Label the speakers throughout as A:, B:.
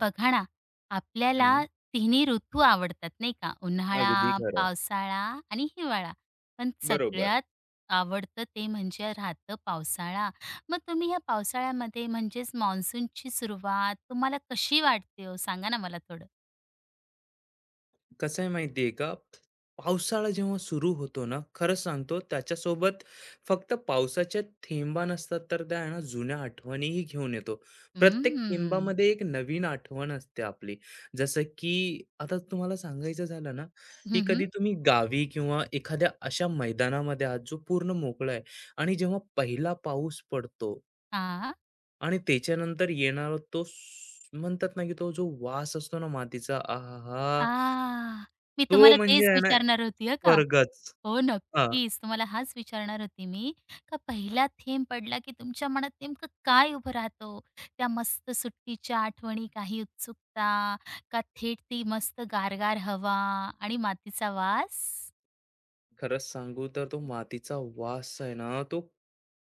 A: बघा ना, आपल्याला
B: हं,
A: तिन्ही ऋतू आवडतात नाही का? उन्हाळा,
B: अगदी खरं.
A: पावसाळा आणि हिवाळा. पण
B: बरोबर.
A: सगळ्यात आवडतं ते म्हणजे राहतं पावसाळा. मग तुम्ही ह्या पावसाळ्यामध्ये म्हणजेच मान्सूनची सुरुवात तुम्हाला कशी वाटते हो? सांगा ना मला थोडं?
B: कसं आहे माहिती आहे का, पावसाळा जेव्हा सुरू होतो ना, खरं सांगतो त्याच्यासोबत फक्त पावसाच्या थेंबा नसतात, तर त्या आहे ना जुन्या आठवणीही घेऊन येतो. प्रत्येक
A: हम्म.
B: थेंबामध्ये एक नवीन आठवण असते आपली. जसं की आता तुम्हाला सांगायचं झालं ना, की
A: हं,
B: कधी
A: हं.
B: तुम्ही गावी किंवा एखाद्या अशा मैदानामध्ये आहात, जो पूर्ण मोकळा आहे आणि जेव्हा पहिला पाऊस पडतो आणि त्याच्यानंतर येणारा तो स म्हणतात ना, की तो जो वास असतो ना मातीचा, आहाहा!
A: आ! मी
B: तो
A: तुम्हाला
B: म्हणजे
A: तेच
B: आहे ना
A: विचारणार होती, हं का?
B: स्वर्गच.
A: हो,
B: हां,
A: नक्कीच. तुम्हाला हाच विचारणार होती मी, का पहिला थेंब पडला की तुमच्या मनात नेमकं काय उभं राहतं त्या मस्त सुट्टीच्या आठवणी, काही उत्सुकता, का थेट ती मस्त गारगार हवा आणि मातीचा वास?
B: खरंच सांगू तर तो मातीचा वास आहे ना, तो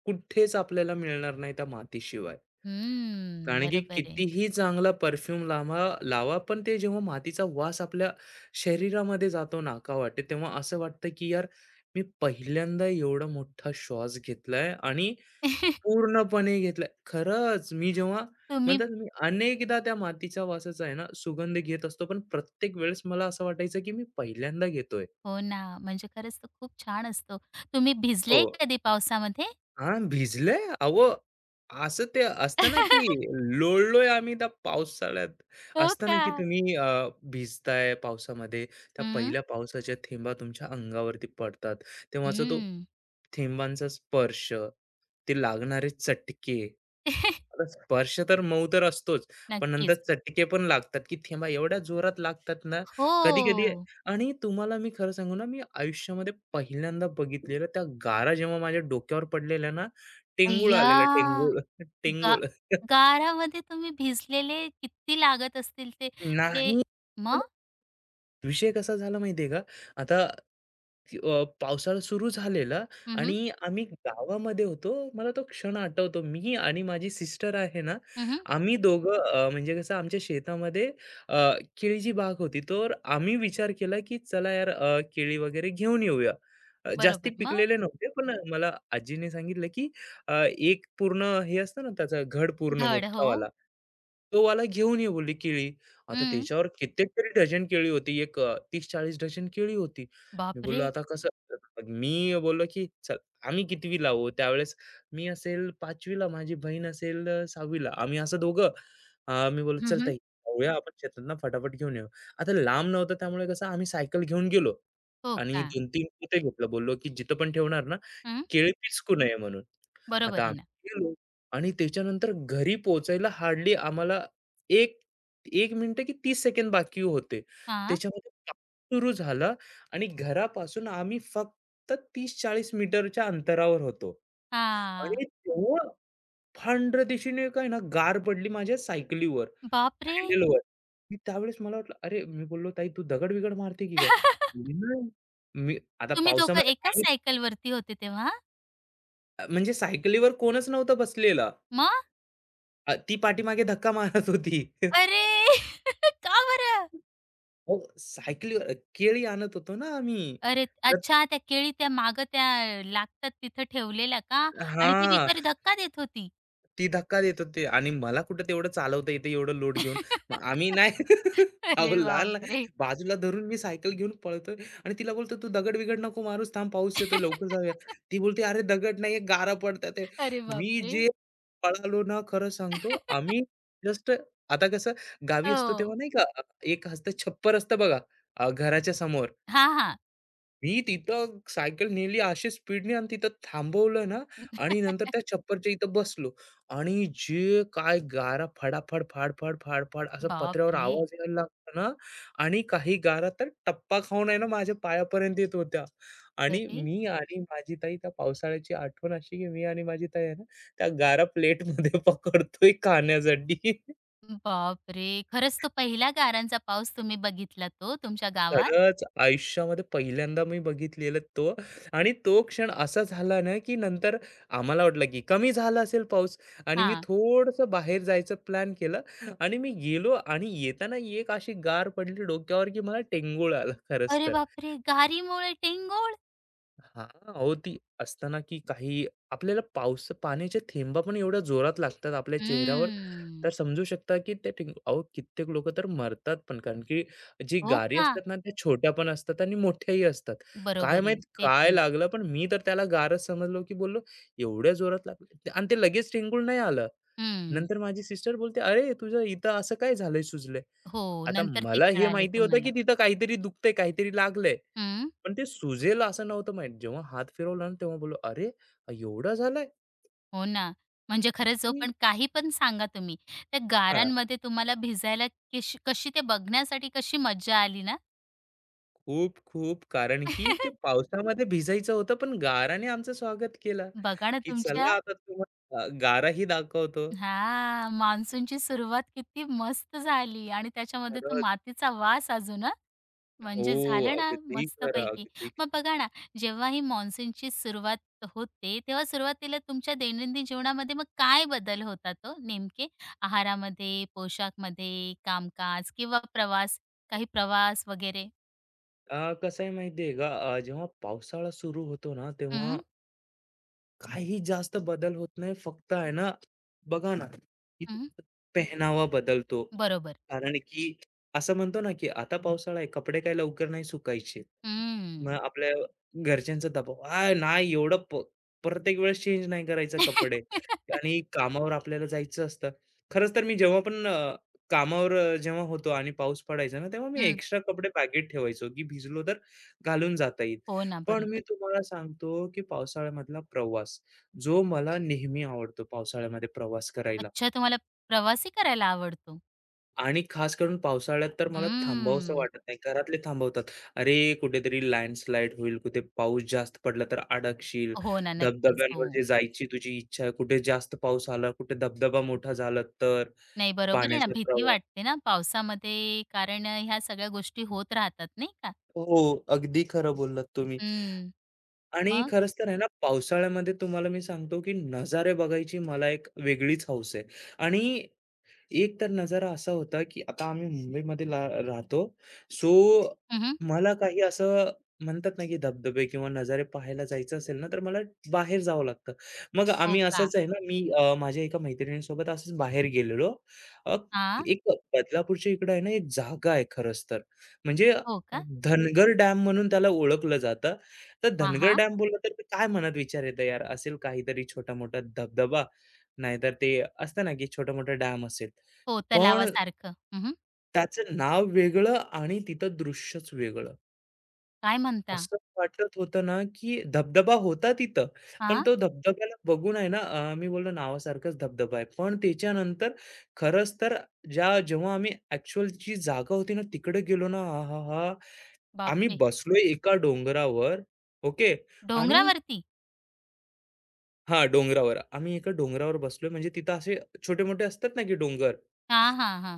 B: कुठेच आपल्याला मिळणार नाही त्या मातीशिवाय.
A: हम्म,
B: कारण की
A: बरोबर आहे.
B: कितीही चांगला परफ्यूम लावा लावा, पण ते जेव्हा मातीचा वास आपल्या शरीरामध्ये जातो नाकावाटे, तेव्हा असं वाटतं, की यार मी पहिल्यांदा एवढा मोठा श्वास घेतलाय आणि पूर्णपणे घेतलंय. खरंच मी जेव्हा
A: तुम्ही
B: म्हणतात मी अनेकदा त्या मातीच्या वासाचा आहे ना, सुगंध घेत असतो, पण प्रत्येक वेळेस मला असं वाटायचं, की मी पहिल्यांदा घेतोय.
A: हो ना, म्हणजे खरंच तो खूप छान असतो. तुम्ही भिजले
B: हो.
A: कधी पावसामध्ये?
B: हां, भिजलंय? अहो, असं ते असतं ना, की लोळलोय आम्ही त्या पावसाळ्यात.
A: हो
B: असतं ना,
A: का?
B: की तुम्ही भिजताय पावसामध्ये, त्या
A: हं,
B: पहिल्या पावसाच्या थेंबा तुमच्या अंगावरती पडतात. तेव्हाचा तो
A: हं.
B: थेंबांचा स्पर्श, ते लागणारे चटके. आता स्पर्श तर मऊ तर असतोच, पण नंतर
A: नक्कीच.
B: चटके पण लागतात, की थेंबा एवढ्या जोरात लागतात ना, कधी-कधी
A: हो.
B: आणि तुम्हाला मी खरं सांगू ना, मी आयुष्यामध्ये पहिल्यांदा बघितलेलं त्या गारा जेव्हा माझ्या डोक्यावर पडलेल्या ना, टेंगूळ
A: अय्या!
B: आलेलं टेंगूळ,
A: गा
B: टेंगूळ.
A: गारामध्ये तुम्ही भिजलेले किती लागत असतील ते ते
B: नाही
A: मग?
B: विषय कसा झाला माहिती आहे का? आता पावसाळा सुरू झालेला
A: हं, हं.
B: आणि आम्ही गावामध्ये होतो. मला तो क्षण आठवतो. मी आणि माझी सिस्टर आहे ना,
A: हं, हं.
B: आम्ही दोघं म्हणजे कसं आमच्या शेतामध्ये अ, केळीची बाग होती. तर आम्ही विचार केला, की चला यार केळी वगैरे घेऊन येऊया. जास्ती
A: बरोबर. मग?
B: पिकलेले नव्हते, पण मला आजीने सांगितलं, की एक पूर्ण हे असतं ना, त्याचा घड पूर्ण
A: घड. हो.
B: मोठावाला, तो वाला घेऊन ये बोलली केळी. आता
A: हं.
B: त्याच्यावर कित्येक तरी डझन केळी होती. एक तीस 30-40 डझन केळी होती. मी
A: बापरे!
B: बोललो आता कसं? मग मी बोललो, की "चल, आम्ही कितवीला आहोत?" त्यावेळेस मी असेल 5वीला, माझी बहीण असेल 6वीला. आम्ही असं दोघं मी बोललो, "चल
A: हं,
B: ताई, जाऊया आपण शेतातना फटाफट घेऊन येऊ." आता लांब नव्हतं त्यामुळे कसं आम्ही सायकल घेऊन गेलो
A: हो
B: आणि
A: का?
B: 2-3 पोते घेतलं. बोललो, की "जिथं पण ठेवणार ना,
A: हं.
B: केळी पिचकू नये म्हणून."
A: बरोबर
B: आता
A: आहे ना.
B: आम्ही गेलो आणि त्याच्यानंतर घरी पोहोचायला हार्डली आम्हाला एक 1 मिनिटं की 30 सेकंद बाकी होते.
A: हां.
B: त्याच्यामध्ये पाऊस सुरू झाला आणि घरापासून आम्ही फक्त 30-40 मीटरच्या अंतरावर होतो
A: हां.
B: आणि तेव्हा फांद्र दिशेने काय ना गार पडली माझ्या सायकलीवर,
A: बापरे!
B: हँडलवर. मी त्यावेळेस मला वाटलं, "अरे," मी बोललो, "ताई तू दगड-बिगड मारते की काय?" "नाही." मी आता
A: तुम्ही दोघं
B: पावसामध्ये
A: एकाच
B: आम्ही
A: सायकलवरती होते तेव्हा?
B: म्हणजे सायकलीवर कोणच नव्हता बसलेला.
A: मग?
B: ती पाठीमागे धक्का मारत होती.
A: अरे! का बरं?
B: अहो, सायकलीवर केळी आणत होतो ना आम्ही.
A: अरे!
B: तर
A: अच्छा त्या केळी त्या मागं त्या लागतात तिथं ठेवलेल्या का? आणि ती
B: हां,
A: बिचारी धक्का देत होती.
B: ती धक्का देत होती आणि मला कुठं तेवढं चालवता येतं एवढं लोड घेऊन. मग आम्ही नाही अहो,
A: अरे
B: लहान लहान-
A: बापरे!
B: बाजूला धरून मी सायकल घेऊन पळतोय आणि तिला बोलतो, "तू दगड-बिगड नको मारूस थांब, पाऊस येतोय लवकर जाऊया." ती बोलते, "अरे दगड नाहीये, गारा पडतायत."
A: अरे
B: मी
A: बापरे!
B: जे पळालो ना खरं सांगतो आम्ही जस्ट आता कसं गावी असतो
A: हो.
B: तेव्हा नाही का, एक असतं छप्पर असतं बघा घराच्या समोर.
A: हां, हां.
B: मी तिथं सायकल नेली अशी स्पीडने आणि तिथं थांबवलं ना आणि नंतर त्या छप्परच्या इथं बसलो आणि जे काय गारा फडाफड फाडफड फाडफड असं पत्र्यावर
A: बापरे!
B: आवाज यायला लागला ना आणि काही गारा तर टप्पा खाऊन आहे ना माझ्या पायापर्यंत येत होत्या आणि
A: अरे
B: मी आणि माझी ताई त्या पावसाळ्याची आठवण अशी की मी आणि माझी ताई आहे ना त्या गारा प्लेटमध्ये पकडतोय खाण्यासाठी
A: बापरे! खरंच तो पहिला गारांचा पाऊस तुम्ही बघितला तो तुमच्या गावात?
B: खरंच आयुष्यामध्ये पहिल्यांदा मी बघितलेलं तो आणि तो क्षण असा झाला ना, की नंतर आम्हाला वाटलं, की कमी झाला असेल पाऊस आणि मी
A: हां.
B: थोडंसं बाहेर जायचं प्लॅन केलं आणि मी गेलो आणि येताना एक अशी गार पडली डोक्यावर, की मला टेंगूळ आला खरंच
A: अरे
B: तर.
A: बापरे! गारीमुळे टेंगोळ
B: हां, अहो ती असताना की काही आपल्याला पावस पाण्याच्या थेंबा पण एवढ्या जोरात लागतात आपल्या चेहऱ्यावर, तर
A: हम्म.
B: समजू शकता की ते ठिक अहो कित्येक लोकं तर मरतात पण. कारण की जी
A: हो
B: गारी
A: का?
B: असतात ना, त्या छोट्या पण असतात आणि मोठ्याही असतात.
A: बरोबर
B: काय
A: आहे.
B: माहीत
A: ते
B: काय
A: पण आहे.
B: लागलं, पण मी तर त्याला गारच समजलो की बोललो, "एवढ्या जोरात लागलं" ते- आणि ते लगेच टिंगून नाही आलं.
A: हं.
B: नंतर माझी सिस्टर बोलते, "अरे, तुझं इथं असं काय झालंय सुजलंय?"
A: हो,
B: आता
A: नंतर ते
B: मला हे
A: कळालं
B: माहिती होतं
A: तुम्हाला.
B: की तिथं काहीतरी दुखतंय, काहीतरी लागलंय.
A: हं.
B: पण ते सुजेल असं नव्हतं माहीत. जेव्हा हात फिरवला ना, तेव्हा बोललो, "अरे, एवढा झालाय?"
A: हो ना. म्हणजे खरंच हो,
B: ही
A: पण काही पण सांगा तुम्ही, त्या
B: हां,
A: गारांमध्ये तुम्हाला भिजायला कशी कशी ते बघण्यासाठी कशी मज्जा आली ना?
B: खूप, खूप. कारण की ते पावसामध्ये भिजायचं होतं, पण गाराने आमचं स्वागत केलं,
A: बघा ना
B: की
A: तुमच्या
B: "चला आता तुम्हाला गाराही दाखवतो."
A: हा, मान्सूनची सुरुवात किती मस्त झाली आणि त्याच्यामध्ये तो
B: खरंच.
A: मातीचा वास अजून हं,
B: हो,
A: म्हणजे झालं ना
B: अगदी खरं,
A: मस्तपैकी.
B: अगदी.
A: मग बघा ना, जेव्हा ही मान्सूनची सुरुवात होते, तेव्हा सुरुवातीला तुमच्या दैनंदिन जीवनामध्ये मग काय बदल होता तो? नेमके? आहारामध्ये, पोशाखमध्ये, कामकाज किंवा प्रवास, काही प्रवास वगैरे?
B: कसं आहे माहिती का, जेव्हा पावसाळा सुरू होतो ना, तेव्हा
A: हं,
B: काही जास्त बदल होत नाही. फक्त आहे ना, बघा ना, की
A: हं.
B: पेहनावा बदलतो.
A: बरोबर.
B: कारण की असं म्हणतो ना, की आता पावसाळा आहे, कपडे काही लवकर नाही सुकायचे. मग
A: हं.
B: आपल्या घरच्यांचा दबाव, "आ, नाही एवढं प्रत्येक वेळेस चेंज नाही करायचं कपडे." आणि कामावर आपल्याला जायचं असतं. खरंच तर मी जेव्हा पण कामावर जेव्हा होतो आणि पाऊस पडायचा ना, तेव्हा मी
A: हं.
B: एक्स्ट्रा कपडे पॅकेट ठेवायचो, की भिजलो तर घालून जाता येईल.
A: हो ना,
B: पण मी
A: बरोबर.
B: तुम्हाला सांगतो, की पावसाळ्यामधला प्रवास, जो मला नेहमी आवडतो पावसाळ्यामध्ये प्रवास करायला.
A: अच्छा, तुम्हाला प्रवासही करायला आवडतो?
B: आणि खास करून पावसाळ्यात तर मला थांबावसं
A: हम्म.
B: वाटत नाही. घरातले थांबवतात. "अरे, कुठेतरी लँडस्लाईड होईल, कुठे पाऊस जास्त पडला तर अडकशील.
A: हो ना, नक्कीच.
B: धबधब्यांवर
A: हो.
B: जे जायची तुझी इच्छा आहे, कुठे जास्त पाऊस आला, कुठे धबधबा मोठा झाला तर
A: नाही, बरोबर आहे ना,
B: पाण्याचा
A: भीती
B: प्रवाह."
A: वाटते ना पावसामध्ये कारण ह्या सगळ्या गोष्टी होत राहतात, नाही का?
B: हो, अगदी खरं बोललात तुम्ही.
A: हं.
B: आणि
A: मग?
B: खरंच तर आहे ना, पावसाळ्यामध्ये तुम्हाला मी सांगतो, की नजारे बघायची मला एक वेगळीच हौस आहे आणि एक तर नजारा असा होता, की आता आम्ही मुंबईमध्ये ला राहतो. सो
A: हं,
B: मला काही असं म्हणतात ना, की धबधबे किंवा नजारे पाहायला जायचं असेल ना, तर मला बाहेर जावं लागतं. मग
A: हो
B: आम्ही
A: का?
B: असंच आहे ना, मी माझ्या एका मैत्रिणीसोबत असंच बाहेर गेलेलो. अ,
A: हा,
B: एक बदलापूरच्या इकडं आहे ना, एक जागा आहे खरंच तर. म्हणजे
A: हो का?
B: धनगर डॅम म्हणून त्याला ओळखलं जातं. तर
A: हा,
B: धनगर
A: हां.
B: डॅम बोललं तर ते काय मनात विचार येतं यार, असेल काहीतरी छोटा-मोठा धबधबा, नाहीतर ते असतं ना, की छोटा-मोठा डॅम असेल.
A: हो,
B: पण
A: तलावासारखं. हं,
B: त्याचं नाव वेगळं आणि तिथं दृश्यच वेगळं.
A: काय म्हणता?
B: असं वाटत होतं ना, की धबधबा होता तिथं, पण
A: हा,
B: तो धबधब्याला बघून आहे ना, मी बोललो नावासारखाच धबधबा आहे. पण त्याच्यानंतर खरंच तर ज्या जेव्हा आम्ही ॲक्चुअल जी जागा होती ना, तिकडे गेलो ना, आहाहा! आम्ही
A: बापरे!
B: बसलोय एका डोंगरावर, ओके. आणि
A: डोंगरावरती?
B: हां, डोंगरावर. आम्ही एका डोंगरावर बसलोय म्हणजे तिथं असे छोटे-मोठे असतात ना, की डोंगर.
A: हां, हां, हा,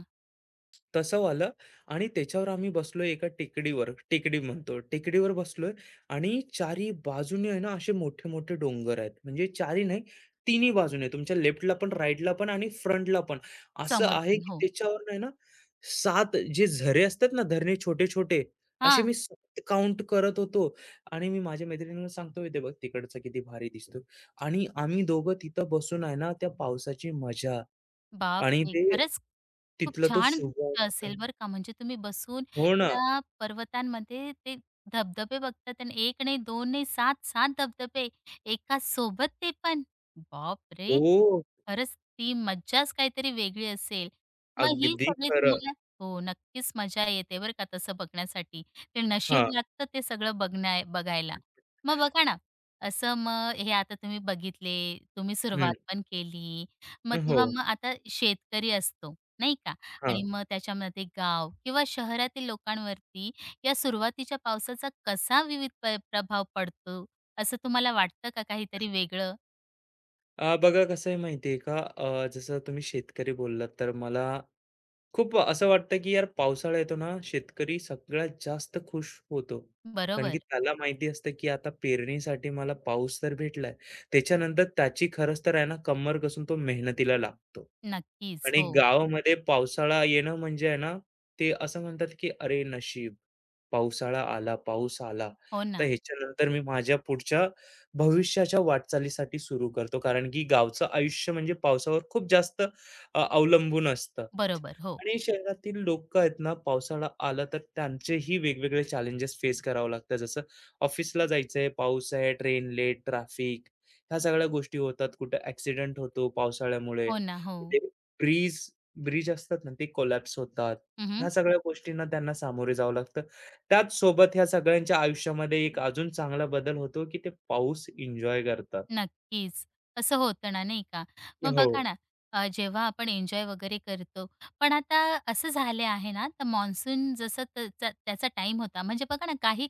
B: तसं वालं आणि त्याच्यावर आम्ही बसलोय एका टेकडीवर, टेकडी म्हणतो. टेकडीवर बसलोय आणि चारी बाजूने आहे ना असे मोठे-मोठे डोंगर आहेत. म्हणजे चारी नाही, तिन्ही बाजूने तुमच्या लेफ्टला पण, राईटला पण आणि फ्रंटला पण. असं
A: समोर
B: आहे
A: पण.
B: की
A: हो.
B: त्याच्यावर आहे ना 7 जे झरे असतात ना, धरणे छोटे-छोटे, असे
A: हां.
B: मी काउंट करत होतो आणि मी माझ्या मैत्रिणीला सांगतोय, "ते बघ तिकडचा किती भारी दिसतो." आणि आम्ही दोघं तिथं बसून आहे ना, त्या पावसाची मजा आणि
A: बापरे!
B: ते
A: खरंच खूप
B: तिथला तो
A: छान दृश्य असेल
B: सुगंध
A: बरं का. म्हणजे तुम्ही बसून
B: हो ना.
A: त्या पर्वतांमध्ये ते धबधबे बघतात आणि 1 नाही, 2 नाही, 7-7 धबधबे एका सोबत ते पण. बाप रे
B: हो.
A: खरंच ती मज्जाच काहीतरी वेगळी असेल. मग ही
B: अगदी
A: सगळी
B: खरं.
A: तुम्हाला हो, नक्कीच मजा येते बरं का तसं बघण्यासाठी. ते
B: हां.
A: नशीब लागतं ते सगळं बघायला. मग बघा ना, असं मग हे आता तुम्ही बघितले, तुम्ही
B: हं.
A: सुरुवात पण केली. मग
B: हो.
A: तेव्हा मग आता शेतकरी असतो, नाही का?
B: हां.
A: आणि मग त्याच्यामध्ये गाव किंवा शहरातील लोकांवरती या सुरुवातीच्या पावसाचा कसा विविध प्रभाव पडतो असं तुम्हाला वाटतं का काहीतरी वेगळं?
B: बघा कसं आहे माहिती आहे का? जसं तुम्ही शेतकरी बोललात, तर मला खूप असं वाटतं, की यार पावसाळा येतो ना, शेतकरी सगळ्यात जास्त खुश होतो. कारण की
A: बरोबर.
B: त्याला माहिती असतं, की आता पेरणीसाठी मला पाऊस तर भेटलाय. त्याच्यानंतर त्याची खरंच तर आहे ना, कंबर कसून तो मेहनतीला लागतो.
A: नक्कीच.
B: आणि
A: हो.
B: गावामध्ये पावसाळा येणं म्हणजे आहे ना, ते असं म्हणतात की "अरे नशीब, पावसाळा आला, पाऊस आला."
A: हो
B: तर
A: ना.
B: ह्याच्यानंतर मी माझ्या पुढच्या भविष्याच्या वाटचालीसाठी सुरू करतो. कारण की गावचं आयुष्य म्हणजे पावसावर खूप जास्त अवलंबून असतं.
A: बरोबर. हो.
B: आणि शहरातील लोकं आहेत ना, पावसाळा आला तर त्यांचेही वेगवेगळे चॅलेंजेस फेस करावं लागतं. जसं ऑफिसला जायचंय, पाऊस आहे, ट्रेन लेट, ट्रॅफिक ह्या सगळ्या गोष्टी होतात. कुठे ॲक्सिडेंट होतो पावसाळ्यामुळे.
A: हो ना. हो.
B: ब्रीज, ब्रिज असतात ना, ते कोलॅप्स होतात.
A: हं,
B: ह्या सगळ्या गोष्टींना त्यांना सामोरे जावं लागतं. त्याच सोबत ह्या सगळ्यांच्या आयुष्यामध्ये एक अजून चांगला बदल होतो, की ते पाऊस एन्जॉय करतात.
A: नक्कीच. असं होतं ना, नाही का? मग
B: हो.
A: बघा ना, जेव्हा आपण एन्जॉय वगैरे करतो, पण आता असं झालं आहे ना, तर मान्सून जसं त्याचा त्याचा टाईम होता. म्हणजे बघा ना, काही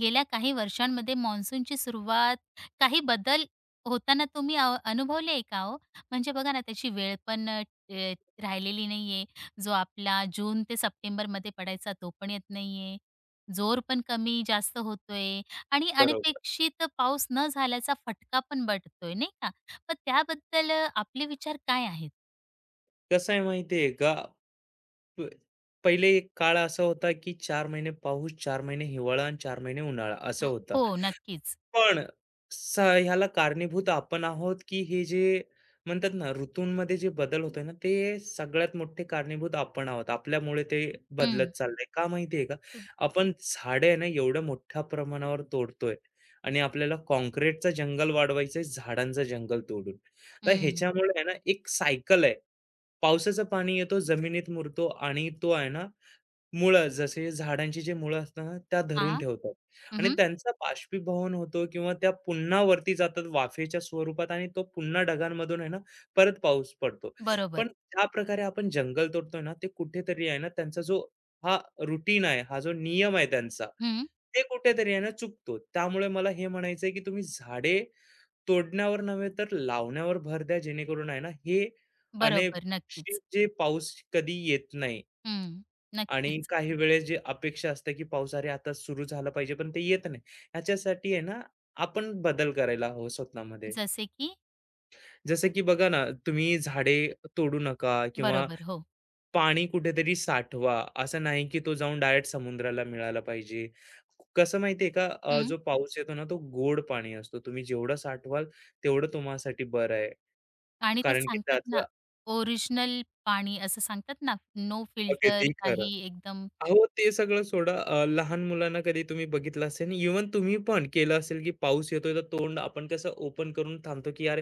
A: गेल्या काही वर्षांमध्ये मान्सूनची सुरुवात, काही बदल होताना तुम्ही अनुभवले आहे का हो? म्हणजे बघा ना, त्याची वेळ पण अ, अ, राहिलेली नाही जो आपला जून ते सप्टेंबरमध्ये पडायचा, तो पण येत नाही जोर पण कमी जास्त होतोय. आणि
B: बरोबर.
A: अनपेक्षित पाऊस न झाल्याचा फटका पण बटतोय, नाही का? मग त्याबद्दल आपले विचार काय आहेत?
B: कसं आहे माहिती आहे का? प पहिले एक काळ असा होता, की 4 महिने पाऊस, 4 महिने हिवाळा आणि 4 महिने उन्हाळा असं होता.
A: हो, नक्कीच.
B: पण ह्याला कारणीभूत आपण आहोत, की हे जे म्हणतात ना, ऋतूंमध्ये जे बदल होतोय ना, ते सगळ्यात मोठे कारणीभूत आपण आहोत. आपल्यामुळे ते बदलत
A: हं.
B: चाललंय. का माहिती आहे का?
A: तु-
B: आपण झाडे आहे ना, एवढ्या मोठ्या प्रमाणावर तोडतोय आणि आपल्याला काँक्रीटचं जंगल वाढवायचंय झाडांचं जंगल तोडून. तर
A: हं.
B: ह्याच्यामुळे आहे ना, एक सायकल आहे. पावसाचं पाणी येतो, जमिनीत मुरतो आणि तो आहे ना, मुळं, जसे झाडांची जे मुळं असतात ना, त्या धरून
A: हां.
B: ठेवतात आणि
A: हं.
B: त्यांचा बाष्पीभवन होतो किंवा त्या पुन्हा वरती जातात वाफेच्या स्वरूपात आणि तो पुन्हा ढगांमधून आहे ना, परत पाऊस पडतो.
A: बरोबर.
B: पण ज्या प्रकारे आपण जंगल तोडतोय ना, ते कुठेतरी आहे ना, त्यांचा जो हा रूटीन आहे, हा जो नियम आहे त्यांचा,
A: हं.
B: ते कुठेतरी आहे ना, चुकतो. त्यामुळे मला हे म्हणायचं आहे, की तुम्ही झाडे तोडण्यावर नव्हे, तर लावण्यावर भर द्या, जेणेकरून आहे ना, हे
A: बरोबर.
B: अनपेक्षित
A: नक्कीच.
B: जे पाऊस कधी येत नाही.
A: हं.
B: आणि
A: नक्कीच.
B: काही वेळेस जी अपेक्षा असते, की पावसाळी आता सुरू झालं पाहिजे, पण ते येत नाही. ह्याच्यासाठी आहे ना, आपण बदल करायला हवं स्वतःमध्ये.
A: जसे की?
B: जसं की बघा ना, तुम्ही झाडे तोडू नका किंवा
A: बरोबर. हो.
B: पाणी कुठेतरी साठवा. असं नाही, की तो जाऊन डायरेक्ट समुद्राला मिळाला पाहिजे. कसं माहिती का,
A: हं.
B: जो पाऊस येतो ना, तो गोड पाणी असतो. तुम्ही जेवढं साठवाल, तेवढं तुम्हासाठी बरं आहे.
A: आणि ते
B: कारण की
A: सांगतात ना,
B: त्याचं
A: ओरिजिनल पाणी असं सांगतात ना, नो
B: अगदी
A: फिल्टर
B: खरं.
A: काही एकदम
B: अहो, ते सगळं सोडा. लहान मुलांना कधी तुम्ही बघितलं असेल आणि इव्हन तुम्ही पण केलं असेल, की पाऊस येतोय तर तोंड आपण कसं ओपन करून थांबतो, की यार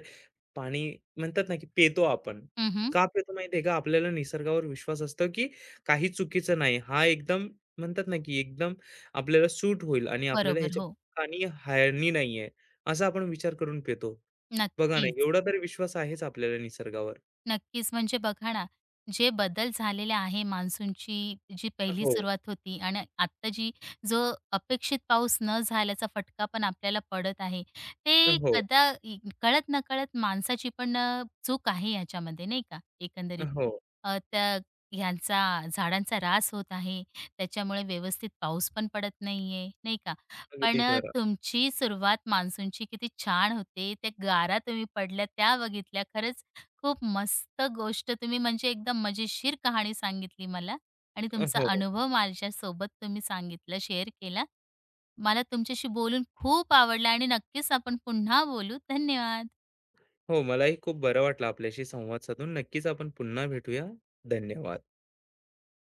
B: पाणी म्हणतात ना, की पेतो आपण.
A: हं, हं.
B: का पितो माहिती आहे का? आपल्याला निसर्गावर विश्वास असतो, की काही चुकीचं नाही. हा एकदम म्हणतात ना, की एकदम आपल्याला सूट होईल आणि आपल्याला
A: बरोबर.
B: ह्याच्या
A: हो.
B: आणि हानी नाहीये, असा आपण विचार करून पितो. बघा ना,
A: नक्कीच.
B: एवढा तरी विश्वास आहेच आपल्याला निसर्गावर.
A: नक्कीच. म्हणजे बघा ना, जे बदल झालेले आहे मान्सूनची जी पहिली
B: हो,
A: सुरुवात होती आणि आत्ता जी जो अपेक्षित पाऊस न झाल्याचा फटका पण आपल्याला पडत आहे. ते
B: हो,
A: कदा इ कळत-नकळत माणसाची पण चूक आहे याच्यामध्ये नाही का एकंदरीत.
B: हो.
A: त्या ह्यांचा झाडांचा ऱ्हास होत आहे. त्याच्यामुळे व्यवस्थित पाऊस पण पडत नाहीये, नाही का? पण
B: अगदी खरं.
A: तुमची सुरुवात मान्सूनची किती छान होते. त्या गारा तुम्ही पडल्या त्या बघितल्या. खरंच खूप मस्त गोष्ट तुम्ही म्हणजे एकदम मजेशीर कहाणी सांगितली मला आणि तुमचा
B: हो.
A: अनुभव माझ्यासोबत तुम्ही सांगितला, शेअर केला. मला तुमच्याशी बोलून खूप आवडलं आणि नक्कीच आपण पुन्हा बोलू. धन्यवाद.
B: हो मलाही खूप बरं वाटलं आपल्याशी संवाद साधून नक्कीच आपण पुन्हा भेटूया धन्यवाद